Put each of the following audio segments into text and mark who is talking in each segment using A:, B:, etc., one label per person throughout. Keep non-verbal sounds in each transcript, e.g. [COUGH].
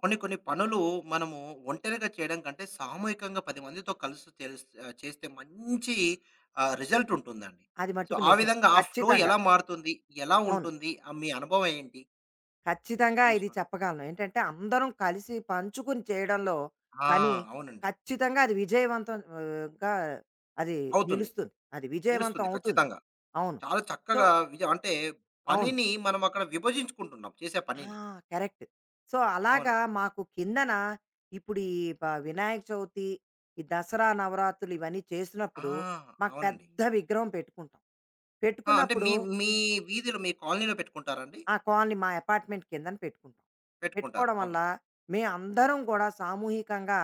A: కొన్ని కొన్ని పనులు మనము ఒంటరిగా చేయడం కంటే సామూహికంగా 10 మందితో కలిసి చేస్తే మంచి రిజల్ట్ ఉంటుందండి.
B: అది
A: సో,
B: మట్టుకు
A: ఆ
B: నిజం.
A: విధంగా ఆ ఫ్లో
B: ఖచ్చితంగా.
A: ఎలా మారుతుంది? ఎలా
B: అవును.
A: ఉంటుంది? మీ అనుభవం ఏంటి
B: ఖచ్చితంగా
A: ఈ
B: ఇది
A: విషయంలో?
B: చెప్పగలను. ఏంటంటే అందరం కలిసి పంచుకుని చేయడంలో
A: ఆ!
B: పని
A: అవునండి.
B: ఖచ్చితంగా అది విజయవంతం గా అది
A: అవుతుంది.
B: నిలుస్తుంది. అది విజయవంతం
A: నిలుస్తుంది
B: అవుతుంది.
A: ఖచ్చితంగా.
B: అవును.
A: చాలా
B: సో
A: చక్కగా అంటే
B: అవును.
A: పనిని మనం అక్కడ విభజించుకుంటున్నాం చేసే
B: ఆ!
A: పనిని.
B: కరెక్ట్. సో, అలాగా
A: అవునండి.
B: మాకు కిందన ఇప్పుడు ఈ వినాయక చవితి, ఈ దసరా, నవరాత్రులు ఇవన్నీ
A: ఆ!
B: చేసినప్పుడు మాకు
A: అవునండి.
B: పెద్ద విగ్రహం పెట్టుకుంటాం.
A: ఆ! అంటే
B: పెట్టుకున్నప్పుడు
A: మీ మీ వీధిలో మీ కాలనీలో పెట్టుకుంటారా అండి?
B: ఆ కాలనీ మా అపార్ట్మెంట్ కిందన పెట్టుకుంటాం.
A: పెట్టుకుంటారు.
B: పెట్టుకోవడం వల్ల
A: అవును.
B: మేమందరం కూడా సామూహికంగా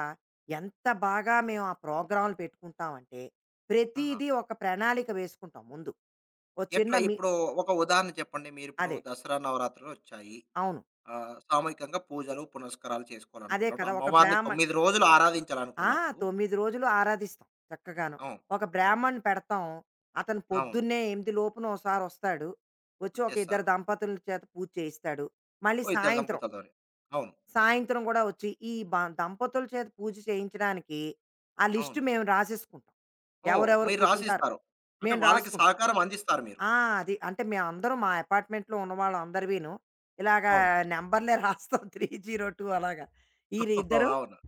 B: ఎంత బాగా మేము ఆ ప్రోగ్రామ్‌లు పెట్టుకుంటామంటే,
A: ఆహా!
B: ప్రతీదీ ఒక ప్రణాళిక వేసుకుంటాం ముందు. ఓ చిన్న
A: ఎట్లా
B: మీ
A: ఇప్పుడు ఒక ఉదాహరణ చెప్పండి. మీరిప్పుడు
B: అదే.
A: దసరా, నవరాత్రులొచ్చాయి.
B: అవును.
A: సామూహికంగా పూజలు, పునస్కారాలు
B: అదే
A: చేసుకోవాలనుకున్నప్పుడు,
B: కదా! ఒక
A: అమ్మవారిని
B: బ్రాహ్మణ్
A: 9 రోజులు
B: ఆ!
A: ఆరాధించాలనుకున్నప్పుడు
B: 9 రోజులు ఆరాధిస్తాం చక్కగాను.
A: అవును.
B: ఒక
A: అవును.
B: బ్రాహ్మణ్‌ని పెడతాం. అతను
A: అవును.
B: పొద్దున్నే 8 లోపున ఓసారి వస్తాడు. వచ్చి ఒక ఇద్దరు
A: వచ్చేస్తారు.
B: దంపతుల చేత పూజ చేయిస్తాడు. మళ్ళీ
A: ఓ ఇద్దరు
B: సాయంత్రం
A: దంపతులతోని. అవును.
B: సాయంత్రం గూడా వచ్చి, ఈ బ దంపతుల చేత పూజ చేయించడానికి ఆ లిస్ట్
A: అవును.
B: మేము రాసేసుకుంటాం.
A: ఓహ్!
B: ఎవరెవరు
A: మీరు
B: కూర్చుంటారు?
A: రాసిస్తారు. అంటే
B: మేము
A: వాళ్ళకి
B: రాసుకుంటాం.
A: సహకారం అందిస్తారు మీరు.
B: ఆ! అది. అంటే మేమందరం మా అపార్ట్మెంట్‌లో ఉన్నవాళ్ళందరివీను ఇలాగా
A: అవును.
B: నంబర్‌లే రాస్తాం [LAUGHS] 302 అలాగా.
A: ఓహో,
B: ఈళ్ళిద్దరు
A: అవును.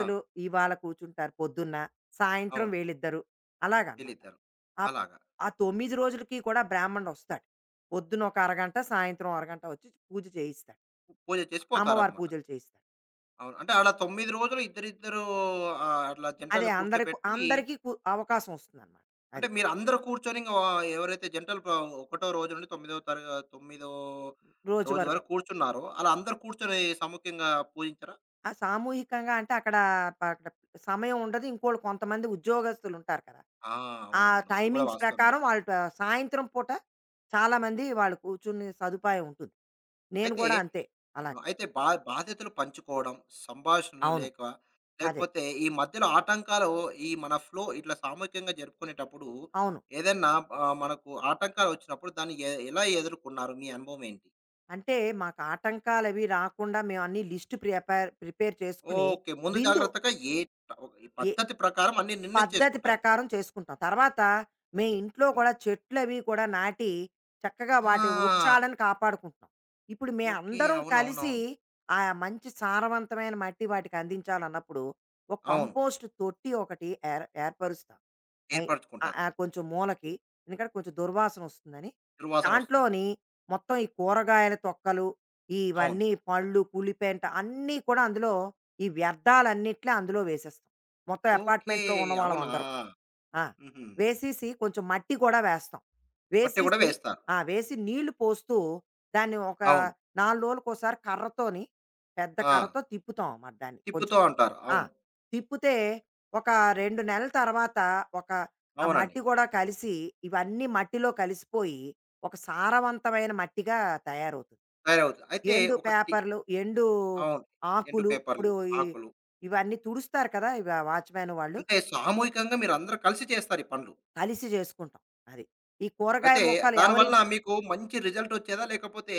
A: ఆ!
B: ఇవాళ కూర్చుంటారు పొద్దున్న, సాయంత్రం
A: అవును.
B: వీళ్ళిద్దరు అలాగనమాట.
A: వీళ్ళిద్దరు.
B: ఆప్
A: అలాగా.
B: ఆ 9 రోజులకి కూడా బ్రాహ్మణుడొస్తాడు. పొద్దున ఒక అరగంట, సాయంత్రం అరగంట వచ్చి పూజ చేయిస్తాడు.
A: పూజ చేసి
B: అమ్మవారి
A: పోతారనమాట.
B: పూజలు చేయిస్తాడు.
A: అవును. అంటే అలా 9 రోజులు ఇద్దరిద్దరు అట్లా
B: అదే
A: జంటలు
B: అందరికి
A: కూర్చోబెట్టి
B: అందరికీ కు అవకాశం వస్తుందనమాట.
A: అంటే
B: అది.
A: మీరందరూ కూర్చొని ఇంగ వ ఎవరైతే జంటలు ప ఒకటో రోజు నుండి తొమ్మిదో
B: రోజు
A: రోజు
B: వరకు.
A: వరకు కూర్చున్నారో, అలా అందరూ కూర్చొని సముఖ్యంగా పూజించారా?
B: ఆ సామూహికంగా అంటే అక్కడ అక్కడ సమయం ఉండదు. ఇంకోళ్ళు కొంతమంది ఉద్యోగస్తులుంటారు కదా!
A: ఆ!
B: ఆ
A: అవునవును. అది కూడా
B: టైమింగ్స్
A: వాస్తవమే
B: ప్రకారం
A: అండి.
B: వాళ్ళు సాయంత్రం పూట చాలామంది వాళ్ళు కూర్చునే సదుపాయం ఉంటుంది. నేను
A: అయితే
B: గూడా అంతే అలాగ.
A: అయితే బాధ్యతలు పంచుకోవడం, సంభాషణలు
B: అవును.
A: లేక
B: అదే.
A: లేకపోతే ఈ మధ్యలో ఆటంకాలు ఈ మన ఫ్లో ఇట్లా సామూహికంగా జరుపుకునేటప్పుడు
B: అవును.
A: ఏదన్నా మనకు ఆటంకాలు వచ్చినప్పుడు దాన్ని ఎలా ఎదుర్కొన్నారు? మీ అనుభవం ఏంటి?
B: అంటే మాకు ఆటంకాలవి రాకుండా మేమన్నీ లిస్ట్ ప్రిపేర్ ప్రిపేర్ చేసుకొని
A: ఓకే. ముందు
B: విందు
A: జాగ్రత్తగా ఏ ట ఈ
B: ఏ
A: పద్ధతి ప్రకారం అన్నీ నిర్ణయం
B: పద్ధతి
A: చేసుకుంటారు.
B: ప్రకారం చేసుకుంటాం. తర్వాత మే ఇంట్లో
A: అవును.
B: కూడా చెట్లవి కూడా నాటి, చక్కగా వాటి
A: ఆ!
B: వృక్షాలను కాపాడుకుంటున్నాం. ఇప్పుడు మే
A: ఓకే.
B: అందరం
A: అవునవునవును.
B: కలిసి
A: అవును. అవును.
B: ఆ మంచి సారవంతమైన మట్టి వాటికందించాలన్నప్పుడు, ఒక
A: అవును.
B: కంపోస్ట్ తొట్టి ఒకటి ఏర్పరుస్తాం. అయ్ ఆ-
A: ఏర్పరచుకుంటారు.
B: ఆ కొంచెం మూలకి ఎందుకంటే కొంచెం దుర్వాసన వస్తుందని
A: దుర్వాసన వస్తుందని.
B: దాంట్లోని మొత్తం ఈ కూరగాయల తొక్కలు
A: అవును.
B: ఇవన్నీ పళ్ళు పులిపెంట అన్నీ కూడా అందులో ఈ వ్యర్థాలన్నిట్లే అందులో వేసేస్తాం మొత్తం
A: ఓకే.
B: అపార్ట్మెంట్లో ఉన్న వాళ్ళం
A: అవునా!
B: అందరం. ఆ,
A: హుహు.
B: వేసేసి కొంచెం మట్టి కూడా వేస్తాం
A: మట్టి గూడా
B: వేసేసి
A: వేస్తారు.
B: ఆ వేసి నీళ్లు పోస్తూ దాన్ని ఒక
A: అవును.
B: నాలుగు రోజులకు ఒకసారి కర్రతోని పెద్ద
A: ఆ!
B: కర్రతో తిప్పుతాం అన్నమాట దాన్ని కొంచెం.
A: తిప్పుతూ ఉంటారు.
B: ఆ!
A: అవును.
B: తిప్పితే ఒక 2 నెలల తర్వాత ఒక ఆ
A: అవునండి.
B: మట్టి కూడా కలిసి ఇవన్నీ మట్టిలో కలిసిపోయి ఒక సారవంతమైన మట్టిగా తయారవుతుంది.
A: తయారవుతుంది. అయితే
B: ఎండు
A: ఒక
B: పేపర్‌లు, ఎండు
A: అవును. ఎండు
B: ఆకులు
A: పేపర్‌లు,
B: ఇప్పుడు ఈ
A: ఆకులు
B: ఇవన్నీ తుడుస్తారు కదా! ఇవి ఆ వాచ్‌మ్యాన్ వాళ్ళు.
A: అంటే సామూహికంగా మీరందరూ కలిసి చేస్తారు ఈ పనులు.
B: కలిసి చేసుకుంటాం అది. ఈ కూరగాయ
A: అయితే
B: మొక్కలు
A: దానివల్ల
B: ఎవరింట్లో.
A: మీకు మంచి రిజల్ట్ వచ్చేదా? లేకపోతే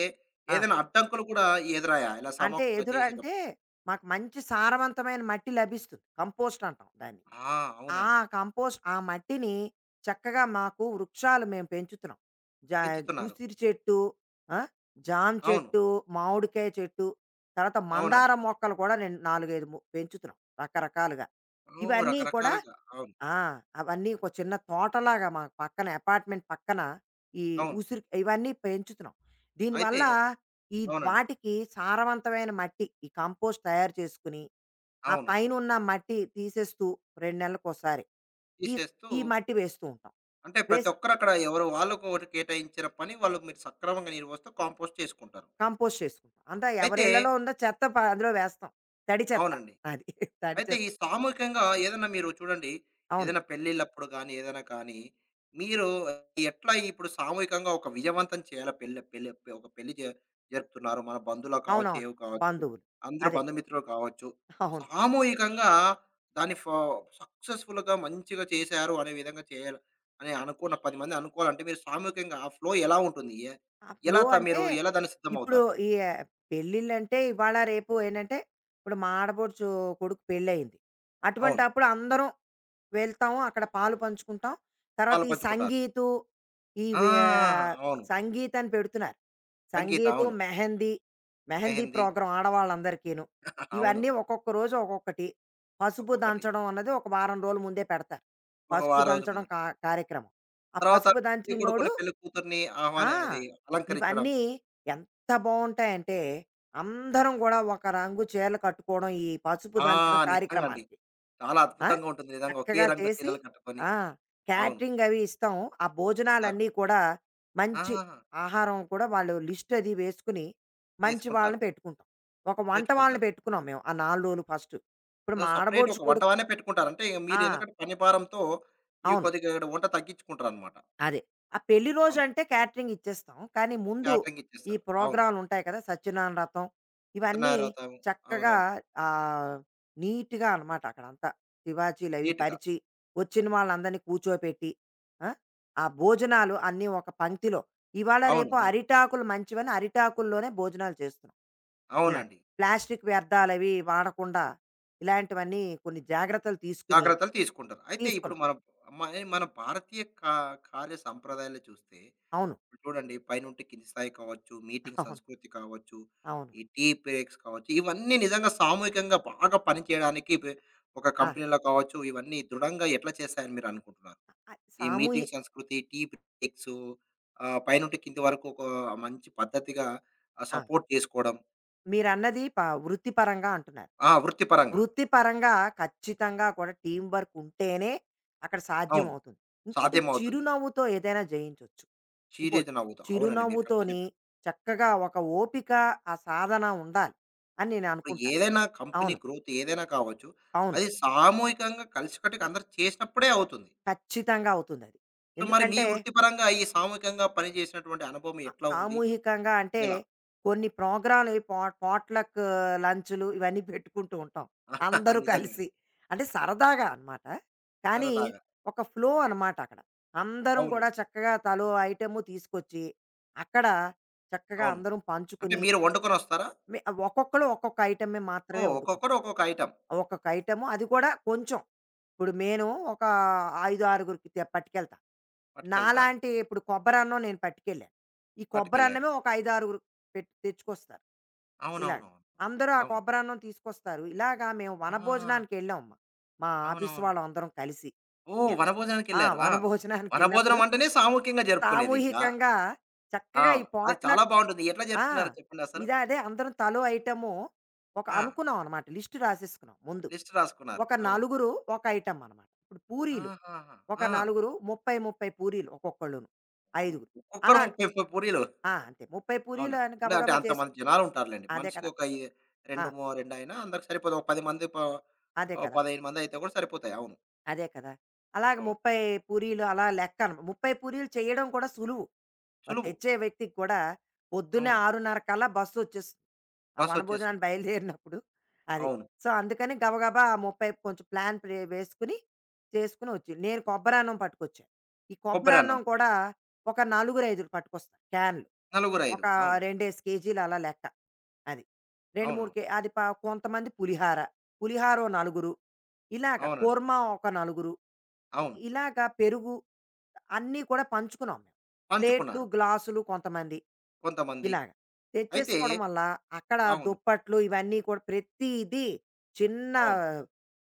B: ఆ!
A: ఏదైనా అడ్డంకులు కూడా ఎదురయ్యాయా? ఇలా
B: అంటే
A: సమూహంగా
B: ఎదురు అంటే
A: చేసేటప్పుడు?
B: మాకు మంచి సారవంతమైన మట్టి లభిస్తుంది. కంపోస్ట్ అంటాం దాన్ని.
A: ఆ!
B: ఆ
A: అవునండి.
B: కంపోస్ట్ ఆ మట్టిని చక్కగా మాకు వృక్షాలు మేము పెంచుతున్నాం. జా
A: పెంచుతున్నారు.
B: ఉసిరి చెట్టు, ఆ! జామ
A: అవును.
B: చెట్టు, మామిడికాయ చెట్టు, తర్వాత మందార
A: అవునండి.
B: మొక్కలు కూడా నేను 4, 5 మొ పెంచుతున్నాం రకరకాలుగా.
A: ఓహ్!
B: ఇవన్నీ కూడా.
A: రకరకాలుగా. అవును.
B: ఆ! అవన్నీ ఒక చిన్న తోటలాగా మాకు పక్కన అపార్ట్‌మెంట్ పక్కన ఈ
A: అవును.
B: ఉసిరి ఇవన్నీ పెంచుతున్నాం.
A: అయితే
B: దీనివల్ల ఈ
A: అవునండి.
B: వాటికి సారవంతమైన మట్టి ఈ కంపోస్ట్ తయారు చేసుకుని, ఆ
A: అవును.
B: పైనున్న మట్టి తీసేస్తూ 2 నెలలకోసారి ఈ
A: తీసేస్తూ
B: ఈ మట్టి వేస్తూ ఉంటాం.
A: అంటే ప్రతి
B: వేసి
A: ఒక్కరు అక్కడ ఎవరు వాళ్ళకు ఒకటి కేటాయించిన పని వాళ్ళు మీరు సక్రమంగా నిర్వహిస్తూ కాంపోస్ట్ చేసుకుంటారు.
B: కంపోస్ట్ చేసుకుంటాం. అంతా
A: అయితే
B: ఎవరిళ్ళలో ఉందో చెత్త ప అందులో వేస్తాం. తడి చెత్త
A: అవునండి.
B: అది. [LAUGHS] తడి
A: అయితే ఈ
B: చెత్త.
A: సామూహికంగా ఏదైనా మీరు చూడండి,
B: అవును.
A: ఏదైనా పెళ్ళిళ్ళప్పుడు గానీ, ఏదైనా కానీ, మీరు ఎట్లా ఇప్పుడు సామూహికంగా ఒక విజయవంతం చేయాలా పెళ్ళి పెళ్ళి ఒక పెళ్లి జ జరుపుతున్నారు. మన బంధువులు కావచ్చు,
B: అవునవును.
A: ఏవి కావచ్చు,
B: బంధువులు.
A: అందరూ
B: అదే.
A: బంధుమిత్రులు కావచ్చు.
B: అవును.
A: సామూహికంగా దాన్ని సక్సెస్‌ఫుల్‌గా మంచిగా చేశారు అనే విధంగా చేయాలి అని అనుకున్న 10 మంది అనుకోవాలంటే, మీరు సామూహికంగా ఆ ఫ్లో ఎలా ఉంటుంది?
B: ఆ
A: ఎలా
B: ఫ్లో అంటే
A: మీరు ఎలా దానికి
B: ఇప్పుడు
A: సిద్ధమవుతారు?
B: ఈ పెళ్ళిళ్ళంటే ఇవాళ రేపు ఏంటంటే ఇప్పుడు మా ఆడపడుచు కొడుకు పెళ్ళయింది.
A: అవును.
B: అటువంటప్పుడు అందరం వెళ్తాము. అక్కడ పాలు పంచుకుంటాం. తర్వాత
A: పాలు
B: ఈ
A: పంచుకుంటారు.
B: సంగీతు ఈ
A: ఆ!
B: వే
A: అవును.
B: సంగీత్ అని పెడుతున్నారు.
A: సంగీత
B: సంగీతు,
A: అవును.
B: మెహందీ, మెహందీ
A: మెహందీ.
B: ప్రోగ్రాం ఆడవాళ్ళందరికీను.
A: అవును.
B: ఇవన్నీ ఒక్కొక్క రోజు ఒక్కొక్కటి. పసుపు
A: ఒక్కొక్కటి.
B: దంచడం అన్నది ఒక వారం రోజుల ముందే పెడతారు.
A: ఒక
B: పసుపు
A: వారం రోజుల
B: దంచడం
A: ముందు.
B: కా కార్యక్రమం. ఆ
A: తర్వాత
B: పసుపు
A: పెళ్లి కొడుకుని,
B: దంచినోడు.
A: పెళ్లి కూతుర్ని
B: ఆ!
A: ఆహ్వాని అది అలంకరించడం.
B: ఇవన్నీ ఎంత బావుంటాయంటే, అందరం గూడా ఒక రంగు చీరలు కట్టుకోవడం, ఈ పసుపు
A: ఆ!
B: దంచడం
A: నిజంగా అండి.
B: కార్యక్రమానికి.
A: చాలా
B: ఆ!
A: అద్భుతంగా ఉంటుంది నిజంగా. ఒకే
B: చక్కగా
A: రంగు
B: చేసి
A: చీరలు కట్టుకొని.
B: ఆ!
A: అవును.
B: క్యాటరింగ్ అవి ఇస్తాం. ఆ
A: ఇస్తారు.
B: భోజనాలన్నీ కూడా
A: ఆ!
B: మంచి ఆహారం కూడా వాళ్ళు లిస్ట్ అది వేసుకుని, మంచి వాళ్ళని
A: వేసుకుంటారు.
B: పెట్టుకుంటాం. ఒక వంట వాళ్ళని
A: పెట్టుకుంటారు.
B: పెట్టుకున్నాం మేము. ఆ 4 రోజులు ఫస్టు. ఇప్పుడు
A: సో,
B: మా
A: సెపరేట్
B: ఆడబోడుచు
A: ఒక
B: కొడుకు.
A: వంటవాడినే పెట్టుకుంటారు. అంటే ఇక
B: ఆ!
A: మీరు ఎందుకంటే పని భారంతో ఇవి
B: అవును.
A: కొద్దిగా ఇక్కడ వంట తగ్గించుకుంటారన్నమాట.
B: అదే. ఆ పెళ్లి
A: అవును.
B: రోజంటే క్యాటరింగ్ ఇచ్చేస్తాం. కానీ ముందు
A: క్యాటరింగ్
B: ఈ
A: ఇచ్చేస్తారు. అవును.
B: ప్రోగ్రాములుంటాయి కదా! సత్యనారాయణ వ్రతం ఇవన్నీ
A: సత్యనారాయణ వ్రతం.
B: చక్కగా
A: అవునవును.
B: ఆహ్, నీట్‌గా అనమాట అక్కడంతా. తివాచీలవి
A: నీట్‌గా.
B: పరిచి, వచ్చిన వాళ్ళందరినీ కూర్చోపెట్టి, ఆ! ఆ భోజనాలు అన్నీ ఒక పంక్తిలో ఇవాళ,
A: అవును.
B: రేపు
A: అవును.
B: అరిటాకులు మంచివని అరిటాకుల్లోనే భోజనాలు చేస్తున్నాం. ఇలాగ.
A: అవునండి.
B: ప్లాస్టిక్ వ్యర్థాలవి వాడకుండా ఇలాంటివన్నీ కొన్ని జాగ్రత్తలు తీసుకుని
A: జాగ్రత్తలు తీసుకుంటారు. అయితే ఇప్పుడు
B: తీసుకున్నాం.
A: మన మన మన భారతీయ కార్య సంప్రదాయాలు చూస్తే
B: అవును.
A: చూడండి పైనుండి కింది స్థాయి కావచ్చు, మీటింగ్
B: అవును.
A: సంస్కృతి కావచ్చు,
B: అవును.
A: ఈ టీ బ్రేక్స్ కావచ్చు, ఇవన్నీ నిజంగా సామూహికంగా బాగా పనిచేయడానికి ఒక
B: ఆ!
A: కంపెనీలో కావచ్చు, ఇవన్నీ దృఢంగా ఎట్లా చేస్తాయని మీరు అనుకుంటున్నారు?
B: అ
A: ఈ
B: సామూహి
A: మీటింగ్ సంస్కృతి, టీ బ్రేక్స్ పైనుండి కింది వరకు ఒక మంచి పద్ధతిగా
B: ఆ!
A: సపోర్ట్ చేసుకోవడం.
B: మీరన్నది ప వృత్తిపరంగా అంటున్నారు.
A: ఆ! వృత్తిపరంగా.
B: వృత్తిపరంగా ఖచ్చితంగా కూడా టీమ్ వర్క్ ఉంటేనే అక్కడ
A: అవును.
B: సాధ్యమవుతుంది. ఇంకోటి
A: సాధ్యమవుతుంది.
B: చిరునవ్వుతో ఏదైనా జయించొచ్చు.
A: చిరు
B: ఇంకోటి
A: నవ్వుతో అవునండి. మీరు కరెక్ట్
B: చిరునవ్వుతోని
A: చెప్పారు.
B: చక్కగా ఒక ఓపిక, ఆ సాధన ఉండాలి అని నేను
A: ఇప్పుడు
B: అనుకుంటాను.
A: ఏదైనా కంపెనీ
B: అవును.
A: గ్రోత్ ఏదైనా కావచ్చు.
B: అవును.
A: అది సామూహికంగా కలిసికట్టుగా అందరూ చేసినప్పుడే అవుతుంది.
B: ఖచ్చితంగా అవుతుందది.
A: సో, మరి మీ
B: ఎందుకంటే
A: వృత్తిపరంగా ఈ సామూహికంగా పని చేసినటువంటి అనుభవం ఎట్లా ఉంది?
B: సామూహికంగా అంటే
A: ఎలా?
B: కొన్ని ప్రోగ్రాంలు ఈ పో పోట్లక్ లంచ్‌లు ఇవన్నీ పెట్టుకుంటూ ఉంటాం.
A: [LAUGHS]
B: అందరూ
A: నిజంగానే.
B: కలిసి. అంటే సరదాగా అనమాట. కానీ
A: సరదాగా.
B: ఒక ఫ్లో అనమాట అక్కడ. అందరం కూడా
A: అవునండి.
B: చక్కగా తలో ఐటెము తీసుకొచ్చి, అక్కడ చక్కగా
A: అవును.
B: అందరం
A: అంటే
B: పంచుకుని
A: మీరు వండుకొనొస్తారా?
B: మి ఒక్కొక్కళ్ళు ఒక్కొక్క ఐటమే మాత్రమే
A: ఓహ్!
B: వండుకుంటాం.
A: ఒక్కొక్కరు ఒక్కొక్క ఐటెమ్
B: ఒక్కొక్క ఐటము అది కూడా కొంచెం. ఇప్పుడు నేను ఒక 5, 6 తే పట్టుకెళ్తా.
A: పట్టుకెళ్తారు.
B: నాలాంటి ఇప్పుడు కొబ్బరన్నం నేను పట్టుకెళ్ళాను. ఈ
A: పట్టుకెళ్లారు.
B: కొబ్బరన్నమే ఒక 5, 6 పెట్ తెచ్చుకొస్తారు. ఇలాగ.
A: అవునవునవును.
B: అందరూ ఆ
A: అవును.
B: కొబ్బరన్నం తీసుకొస్తారు. ఇలాగా మేము
A: ఆ!
B: వనభోజనానికెళ్ళాం. మా మా ఆఫీస్
A: అవునవును.
B: వాళ్ళందరం కలిసి.
A: ఓహ్!
B: ఎన్ ఆ!
A: వనభోజనానికెళ్లారు. ఆ!
B: వనభోజనానికెళ్ళినప్పుడు
A: వనభోజనం అంటేనే సామూహికంగా జరుపుకునేదింకా.
B: సామూహికంగా
A: ఆ!
B: చక్కగా ఈ
A: అది చాలా
B: పాట్‌లక్.
A: బావుంటుంది. ఎట్లా
B: ఆ!
A: జరుపుకున్నారో చెప్పండసలు?
B: ఇదా అదే అందరం తలో ఐటెము ఒక
A: ఆ!
B: అనుకున్నాం అనమాట. లిస్ట్ రాసేసుకున్నాం ముందు.
A: లిస్ట్ రాసుకున్నారు.
B: ఒక
A: అవును.
B: నలుగురు ఒక ఐటెమ్ అనమాట. ఇప్పుడు పూరీలు
A: ఆహాహా!
B: ఒక
A: ఆ!
B: నలుగురు 30, 30 పూరీలు ఒక్కొక్కళ్ళును.
A: ము
B: ఐదుగురు.
A: ఒక్కొక్కరు
B: అలా
A: 30, 30 పూరీలు.
B: అంతే. 30
A: అవును.
B: పూరీలు అని
A: అంటే అంటే
B: గబగబా చేసుకు
A: అంతమంది జనాలుంటారులెండి.
B: అదే
A: మనిషికి
B: కదా!
A: ఒక ఈ
B: ఆ!
A: 2 అయినా అందరికి సరిపోదు. ఒక 10 మంది ప
B: అదే
A: ఆహ్,
B: కదా!
A: 15 మంది అయితే కూడా సరిపోతాయి. అవును.
B: అదే కదా! అలాగ
A: అవును.
B: 30 పూరీలు అలా లెక్క అనమాట. 30 పూరీలు చేయడం కూడా సులువు. ఆ
A: సులువు.
B: తెచ్చే వ్యక్తికి కూడా పొద్దున్నే
A: అవును.
B: 6:30 కల్లా బస్సొచ్చేస్తుంది. ఆ
A: బసొచ్చేస్తుంది.
B: వనభోజనానికి బయలుదేరినప్పుడు అది.
A: అవును.
B: సో, అందుకని గబగబా 30 కొంచెం ప్లాన్ వేసుకొని, చేసుకొని వచ్చి నేను కొబ్బరన్నం పట్టుకొచ్చాను. ఈ
A: కొబ్బరన్నం.
B: కొబ్బరన్నం కూడా ఒక నలుగురు, ఐదుగురు పట్టుకొస్తారు క్యాన్‌లు.
A: నలుగురు,
B: ఒక
A: ఐదుగురు. అవును.
B: 2, 2 కేజీలు అలా లెక్క. అది. 2, 3
A: అవునవును.
B: కే అది ప కొంతమంది పులిహార, పులిహార ఓ నలుగురు, ఇలాగ
A: అవునండి.
B: కుర్మా ఒక నలుగురు,
A: అవును.
B: ఇలాగ పెరుగు అన్నీ కూడా పంచుకున్నాం మేము. ప్లేట్లు,
A: పంచుకున్నారు
B: గ్లాసులు కొంతమంది.
A: కొంతమంది.
B: ఇలాగ.
A: అయితే
B: తెచ్చేసుకోవడం వల్ల అక్కడ
A: అవును.
B: దుప్పట్లు ఇవన్నీ కూడా ప్రతీది చిన్న
A: అవును.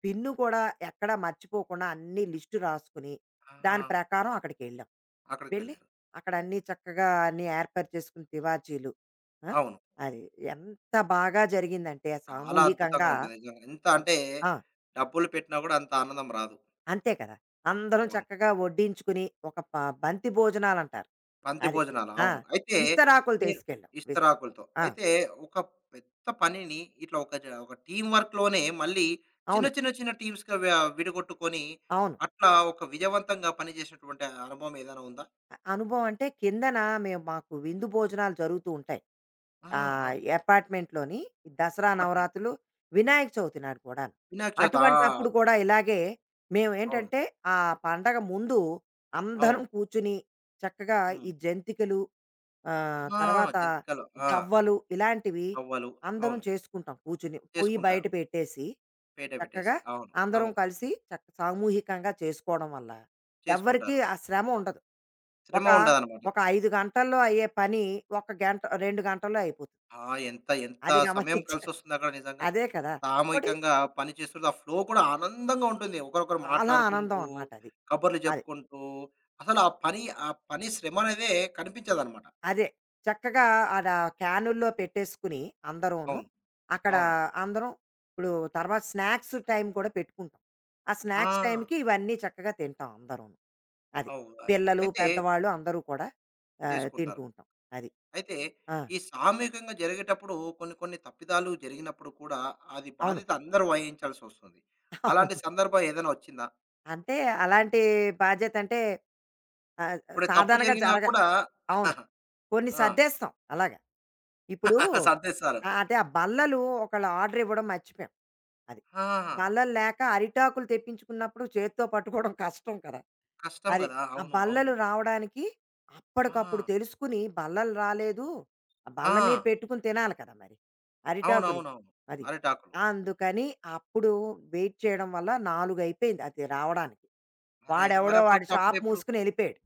B: పిన్ను కూడా ఎక్కడ మర్చిపోకుండా అన్ని లిస్టు రాసుకుని,
A: ఆహా!
B: దాని ప్రకారం అక్కడికెళ్ళాం.
A: అక్కడికి
B: వెళ్ళి
A: వెళ్లారు.
B: అక్కడ అన్నీ చక్కగా అన్నీ ఏర్పాటు చేసుకుని తివాచీలు. ఆ!
A: అవును.
B: అది ఎంత బాగా జరిగిందంటే
A: చాలా అద్భుతంగా
B: సామూహికంగా.
A: ఉంటుంది నిజంగా. ఎంత అంటే
B: ఆ!
A: డబ్బులు పెట్టినా కూడా అంత ఆనందం రాదు.
B: అంతే కదా! అందరం
A: అవును.
B: చక్కగా వడ్డించుకుని ఒక బంతి భోజనాలంటారు.
A: పంక్తి
B: అది.
A: భోజనాలు.
B: ఆ!
A: అవును. అయితే
B: విస్తరాకులు
A: మీరు
B: తీసుకెళ్ళాం. విస్
A: ఇస్తరాకులతో.
B: ఆ!
A: అయితే ఒక పెద్ద పనిని ఇట్లా ఒక టీమ్ వర్క్‌లోనే మళ్ళీ చిన్న,
B: అవును.
A: చిన్న, చిన్న టీమ్స్‌గా విడగొట్టుకొని
B: అవును.
A: అట్లా ఒక విజయవంతంగా పనిచేసినటువంటి అనుభవం ఏదైనా ఉందా?
B: అనుభవం అంటే కిందన మేము మాకు విందు భోజనాలు జరుగుతూ ఉంటాయి.
A: ఆ! ఆ!
B: అపార్ట్మెంట్‌లోని దసరా,
A: అపార్ట్‌మెంట్.
B: నవరాత్రులు, వినాయక చవితి నాడు కూడాను.
A: వినాయక చవితి. ఆ!
B: అటువంటప్పుడు కూడా ఇలాగే
A: అవును.
B: మేమేంటంటే, ఆ పండగ ముందు అందరం
A: అవును.
B: కూర్చుని చక్కగా
A: హ్మ్.
B: ఈ జంతికలు. ఆ!
A: ఆ!
B: తర్వాత
A: జంతికలు. ఆ!
B: గవ్వలు ఇలాంటివి
A: రవ్వలు.
B: అందరం
A: అవును.
B: చేసుకుంటాం కూర్చొని. పొయ్యి
A: చేసుకుంటారు.
B: బయట పెట్టేసి
A: పేట పెట్టేసి.
B: చక్కగా
A: అవును.
B: అందరం
A: అవును.
B: కలిసి సామూహికంగా చేసుకోవడం వల్ల ఎవ్వరికీ
A: చేసుకుంటారు.
B: ఆ శ్రమ ఉండదు. ఒక,
A: శ్రమ ఉండదనమాట.
B: ఒక 5 గంటల్లో అయ్యే పని ఒక గంట 2 గంటల్లో అయిపోతుంది.
A: ఆ! ఎంత ఎంత
B: అది
A: సమయం
B: గమనించాను.
A: కలిసొస్తుంది అక్కడ నిజంగా.
B: అదే కదా! ఇంకోటి
A: సామూహికంగా పని చేస్తుంటే ఆ ఫ్లో కూడా ఆనందంగా ఉంటుంది. ఒకరొకరు
B: చాలా ఆనందం
A: మాట్లాడుకుంటూ,
B: అన్నమాట అది.
A: కబుర్లు
B: అది.
A: చెప్పుకుంటూ, అసలు ఆ పని ఆ పని శ్రమ అనేదే కనిపించదనమాట.
B: అదే. చక్కగా ఆడ క్యానుల్లో పెట్టేసుకుని అందరూను.
A: అవును.
B: అక్కడ
A: అవునండి.
B: అందరం ఇప్పుడు తర్వాత స్నాక్స్ టైమ్ కూడా పెట్టుకుంటాం. ఆ
A: ఆ!
B: స్నాక్స్ టైమ్‌కి ఇవన్నీ చక్కగా తింటాం అందరూను. అది.
A: అవును.
B: పిల్లలు,
A: అయితే
B: పెద్దవాళ్ళు అందరూ కూడా తింటూ
A: చేసుకుంటారు.
B: ఉంటాం. అది.
A: అయితే
B: ఆ!
A: ఈ సామూహికంగా జరిగేటప్పుడు కొన్ని కొన్ని తప్పిదాలు జరిగినప్పుడు కూడా అది
B: అవును.
A: బాధ్యత అందరూ వహించాల్సొస్తుంది. అలాంటి
B: అవును.
A: సందర్భం ఏదైనా వచ్చిందా?
B: అంటే అలాంటి బాధ్యతంటే ఆహ్,
A: ఇప్పుడు తప్పు
B: సాధారణంగా
A: జరిగినా
B: జరగదు.
A: కూడా
B: అవును. కొన్ని
A: ఆ!
B: సర్దేస్తాం అలాగ. ఇప్పుడు
A: [LAUGHS] సర్దేస్తారు.
B: అదే ఆ బల్లలు ఒకళ్ళు ఆర్డర్ ఇవ్వడం మర్చిపోయాం. అది.
A: ఆ!
B: బల్లలు లేక అరిటాకులు తెప్పించుకున్నప్పుడు చేత్తో పట్టుకోవడం కష్టం కదా!
A: కష్టం
B: అది.
A: గదా!
B: ఆ
A: అవును. అవును.
B: బల్లలు రావడానికి అప్పటికప్పుడు
A: ఆ!
B: తెలుసుకుని బల్లలు రాలేదు. ఆ
A: ఆ!
B: బల్ల మీద పెట్టుకొని తినాలి కదా మరి. అరిటాకులు.
A: అవునవునవును.
B: అది.
A: అరిటాకులు.
B: అందుకని అప్పుడు వెయిట్ చేయడం వల్ల 4 అయిపోయింది అది రావడానికి.
A: అరేరే!
B: వాడెవడో వాడి షాప్
A: మరప్పుడొచ్చినప్పుడెప్పుడు?
B: మూసుకొని ఎళ్ళిపోయాడు.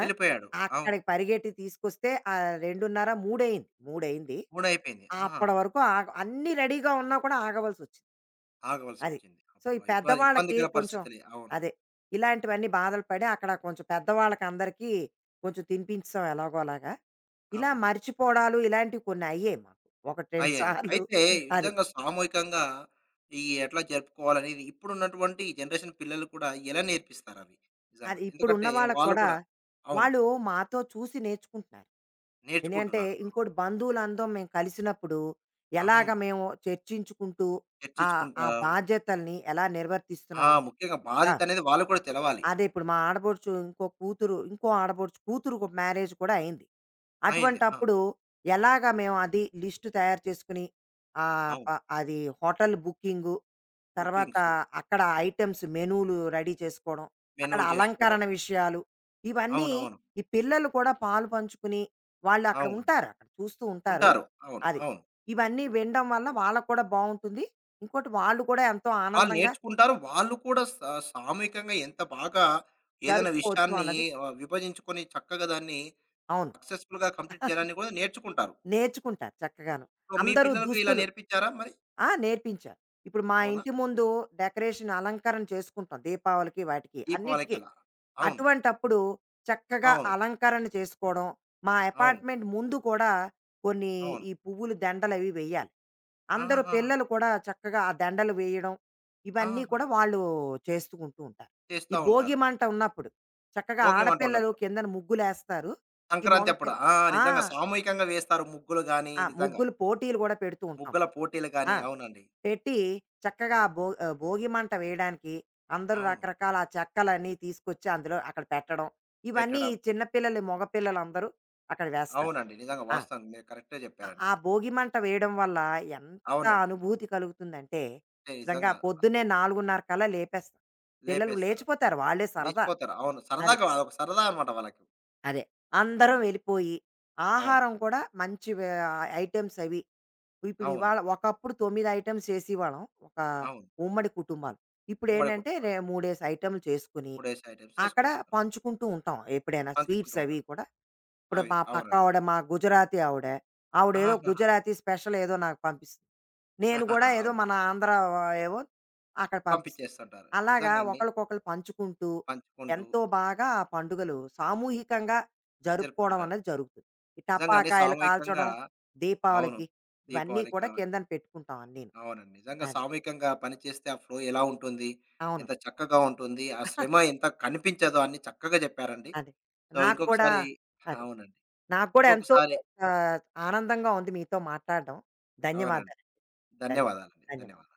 B: ఆ!
A: ఎళ్ళిపోయాడు. అవును.
B: అక్కడికి పరిగెట్టి తీసుకొస్తే 2:30, 3 అయింది. 3 అయింది.
A: 3 అయిపోయింది. ఆ!
B: అప్పటి వరకు అన్నీ రెడీగా ఉన్నా కూడా ఆగవలసొచ్చింది. అది.
A: ఆగవలసొచ్చింది.
B: సో,
A: అబ్బా!
B: ఈ పెద్దవాళ్ళకి
A: ఇబ్బందికర
B: కొంచెం
A: పరిస్థితులే. అవును.
B: అదే. ఇలాంటివన్నీ బాధలు పడి అక్కడ కొంచెం పెద్దవాళ్ళకందరికీ కొంచెం తినిపించేసాం ఎలాగోలాగా. ఇలా
A: అవును.
B: మర్చిపోవడాలు ఇలాంటివి కొన్ని అయ్యాయి మాకు. 1, 2
A: అయ్యాయి.
B: సార్లు.
A: అయితే
B: అది.
A: నిజంగా సామూహికంగా ఈ ఎట్లా జరుపుకోవాలనేది ఇప్పుడున్నటువంటి జనరేషన్ పిల్లలు కూడా ఎలా నేర్పిస్తారవి? నిజంగా.
B: అది ఇప్పుడు ఉన్న
A: ఎందుకంటే
B: వాళ్ళకి
A: వాళ్ళు
B: కూడా
A: కూడా అవును.
B: వాళ్ళు మాతో చూసి నేర్చుకుంటున్నారు. ఎందుకంటే
A: నేర్చుకుంటున్నారు.
B: ఇంకోటి బంధువులందరం మేము కలిసినప్పుడు ఎలాగ
A: అవును.
B: మేము చర్చించుకుంటూ ఆ, ఆ
A: చర్చించుకుంటారు.
B: బాధ్యతల్ని ఎలా
A: ఆ!
B: నిర్వర్తిస్తున్నాము.
A: ముఖ్యంగా
B: ఆ!
A: బాధ్యతనేది వాళ్ళకి కూడా తెలవాలి.
B: అదే ఇప్పుడు మా ఆడపడుచు ఇంకో కూతురు ఇంకో ఆడపడుచు కూతురుకు మ్యారేజ్ కూడా అయింది.
A: అయింది. ఆ!
B: అటువంటప్పుడు ఎలాగ మేము అది లిస్ట్ తయారు చేసుకొని, ఆహ్, ప
A: అవును.
B: అది హోటల్ బుకింగు, తర్వాత
A: బుకింగ్సు,
B: అక్కడ ఐటెమ్స్ మెనూలు రెడీ చేసుకోవడం, అక్కడ
A: మెనువులు చేసుకోవడం.
B: అలంకరణ విషయాలు, ఇవన్నీ
A: అవునవును.
B: ఈ పిల్లలు కూడా పాలు పంచుకుని వాళ్ళు అక్కడ
A: అవును. అవును
B: ఉంటారు. అక్కడ చూస్తూ ఉంటారు.
A: ఉంటారు. అవును.
B: అది.
A: అవును.
B: ఇవన్నీ వినడం వల్ల వాళ్ళకి కూడా బావుంటుంది. ఇంకోటి వాళ్ళు కూడా ఎంతో
A: వాళ్ళు
B: ఆనందంగా
A: నేర్చుకుంటారు. వాళ్ళు కూడా సామూహికంగా ఎంత బాగా ఏదైనా
B: జరుపుకోవచ్చు
A: విషయాన్ని
B: అన్నది.
A: విభజించుకొని చక్కగా దాన్ని
B: అవును.
A: సక్సెస్‌ఫుల్‌గా కంప్లీట్ చేయాలని కూడా నేర్చుకుంటారు.
B: నేర్చుకుంటారు చక్కగాను.
A: సో, మీ
B: అందరూ
A: పిల్లలకు ఇలా
B: దుస్తులు.
A: నేర్పించారా మరి?
B: నేర్పించారు. ఇప్పుడు మా
A: అవునా?
B: ఇంటి ముందు డెకరేషన్, అలంకరణ చేసుకుంటాం దీపావళికి, వాటికి అన్నిటికి.
A: దీపావళికలా. అవును.
B: అటువంటప్పుడు చక్కగా
A: అవును.
B: అలంకరణ చేసుకోవడం, మా
A: అవును.
B: అపార్ట్‌మెంట్ ముందు కూడా కొన్ని
A: అవును.
B: ఈ పువ్వుల దండలవి వెయ్యాలి. అందరూ
A: ఆహాహా!
B: పిల్లలు కూడా చక్కగా ఆ దండలు వేయడం, ఇవన్నీ
A: ఆహాహా!
B: కూడా వాళ్ళు చేసుకుంటూ ఉంటారు. ఈ
A: చేస్తా
B: భోగి
A: ఉంటారు.
B: మంట ఉన్నప్పుడు చక్కగా
A: భోగి మంట
B: ఆడపిల్లలు
A: ఉన్నప్పుడు.
B: కిందన ముగ్గులేస్తారు. ఈ
A: సంక్రాంతి అప్పుడు.
B: మగపిల్ల.
A: ఆ!
B: ఆ!
A: నిజంగా సామూహికంగా వేస్తారు ముగ్గులు గాని,
B: ఆ!
A: నిజంగా.
B: ముగ్గులు పోటీలు గూడా పెడుతూ ఉంటాం
A: ముగ్గుల
B: మేము.
A: పోటీలు
B: ఆ!
A: గాని. అవునండి.
B: పెట్టి చక్కగా ఆ భోగి మంట వేయడానికి అందరూ
A: అవును.
B: రకరకాల ఆ చెక్కలన్నీ తీసుకొచ్చి అందులో అక్కడ పెట్టడం. ఇవన్నీ
A: పెట్టడం.
B: చిన్న పిల్లలు, మగ పిల్లలందరూ అక్కడ వేస్తారు.
A: అవునండి. నిజంగా
B: ఆ!
A: వాస్తవం. మీరు కరెక్టే చెప్పారండి.
B: ఆ భోగి మంట వేయడం వల్ల ఎంత
A: అవునండి.
B: అనుభూతి కలుగుతుందంటే,
A: ఏ
B: నిజంగా
A: నిజంగా.
B: పొద్దున్నే 4:30 కల్లా లేపేస్తాం. పిల్లలు
A: లేపేస్తారు.
B: లేచిపోతారు వాళ్ళే సరదా.
A: లేచిపోతారు. అవును.
B: అదే.
A: సరదాగా అదొక సరదా అనమాట వాళ్ళకి.
B: అదే. అందరం
A: అవునండి.
B: వెళ్ళిపోయి
A: అవును.
B: ఆహారం కూడా మంచి వే ఐటెమ్స్ అవి ఇప్పుడు
A: అవును.
B: ఇవాళ ఒకప్పుడు 9 ఐటెమ్స్ చేసేవాళ్ళం. ఒక
A: అవును.
B: ఉమ్మడి కుటుంబాలు.
A: ఉమ్మడి
B: ఇప్పుడేంటంటే
A: కుటుంబాలు.
B: రె మూడేసి ఐటెమ్‌లు చేసుకొని,
A: ఫుడేస్ ఐటెమ్స్
B: అక్కడ
A: చేసుకుంటుంటారు.
B: పంచుకుంటూ ఉంటాం ఎప్పుడైనా
A: పంచుకుంటూ
B: స్వీట్స్ అవి
A: ఉంటారు.
B: కూడా. ఇప్పుడు
A: అవి.
B: మా
A: అవునండి.
B: పక్కావిడ మా గుజరాతీ ఆవిడ. ఆవిడేదో
A: ఆహాహా!
B: గుజరాతీ స్పెషల్ ఏదో నాకు పంపిస్తుంది. నేను
A: [LAUGHS]
B: గూడా ఏదో
A: అవును.
B: మన ఆంధ్ర ఏవో అక్కడ పంపిస్తాం.
A: పంపించేస్తుంటారు.
B: అలాగా
A: నిజంగా అండి.
B: ఒకళ్ళకొకళ్ళు పంచుకుంటూ
A: పంచుకుంటూ
B: ఎంతో బాగా ఆ పండుగలు సామూహికంగా జరుపుకోవడం
A: జరుపుకుంటారు.
B: అనేది జరుగుతుంది. ఈ
A: నిజంగా అండి
B: టపాకాయలు
A: సామూహికంగా
B: కాల్చడం,
A: అవును.
B: దీపావళికి ఇవన్నీ
A: దీపావళి
B: కూడా
A: కా
B: కిందన పెట్టుకుంటాం అన్నీను.
A: అవునండి. నిజంగా
B: అది.
A: సామూహికంగా పనిచేస్తే ఆ ఫ్లో ఎలా ఉంటుంది?
B: అవును.
A: ఎంత చక్కగా ఉంటుంది? ఆ శ్రమ ఎంత కనిపించదో అన్ని చక్కగా చెప్పారండి.
B: అదే.
A: సో
B: నాకు కూడా
A: ఇంకొకసారి
B: అదే.
A: అవునండి.
B: నాకు కూడా ఎంతో
A: ఇంకొకసారి
B: ఆహ్, ఆనందంగా ఉంది మీతో మాట్లాడడం.
A: అవునండి.
B: ధన్యవాదాలు. ధన్య
A: ధన్యవాదాలండి.
B: ధన్యవాదాలు.
A: ధన్యవాదాలు.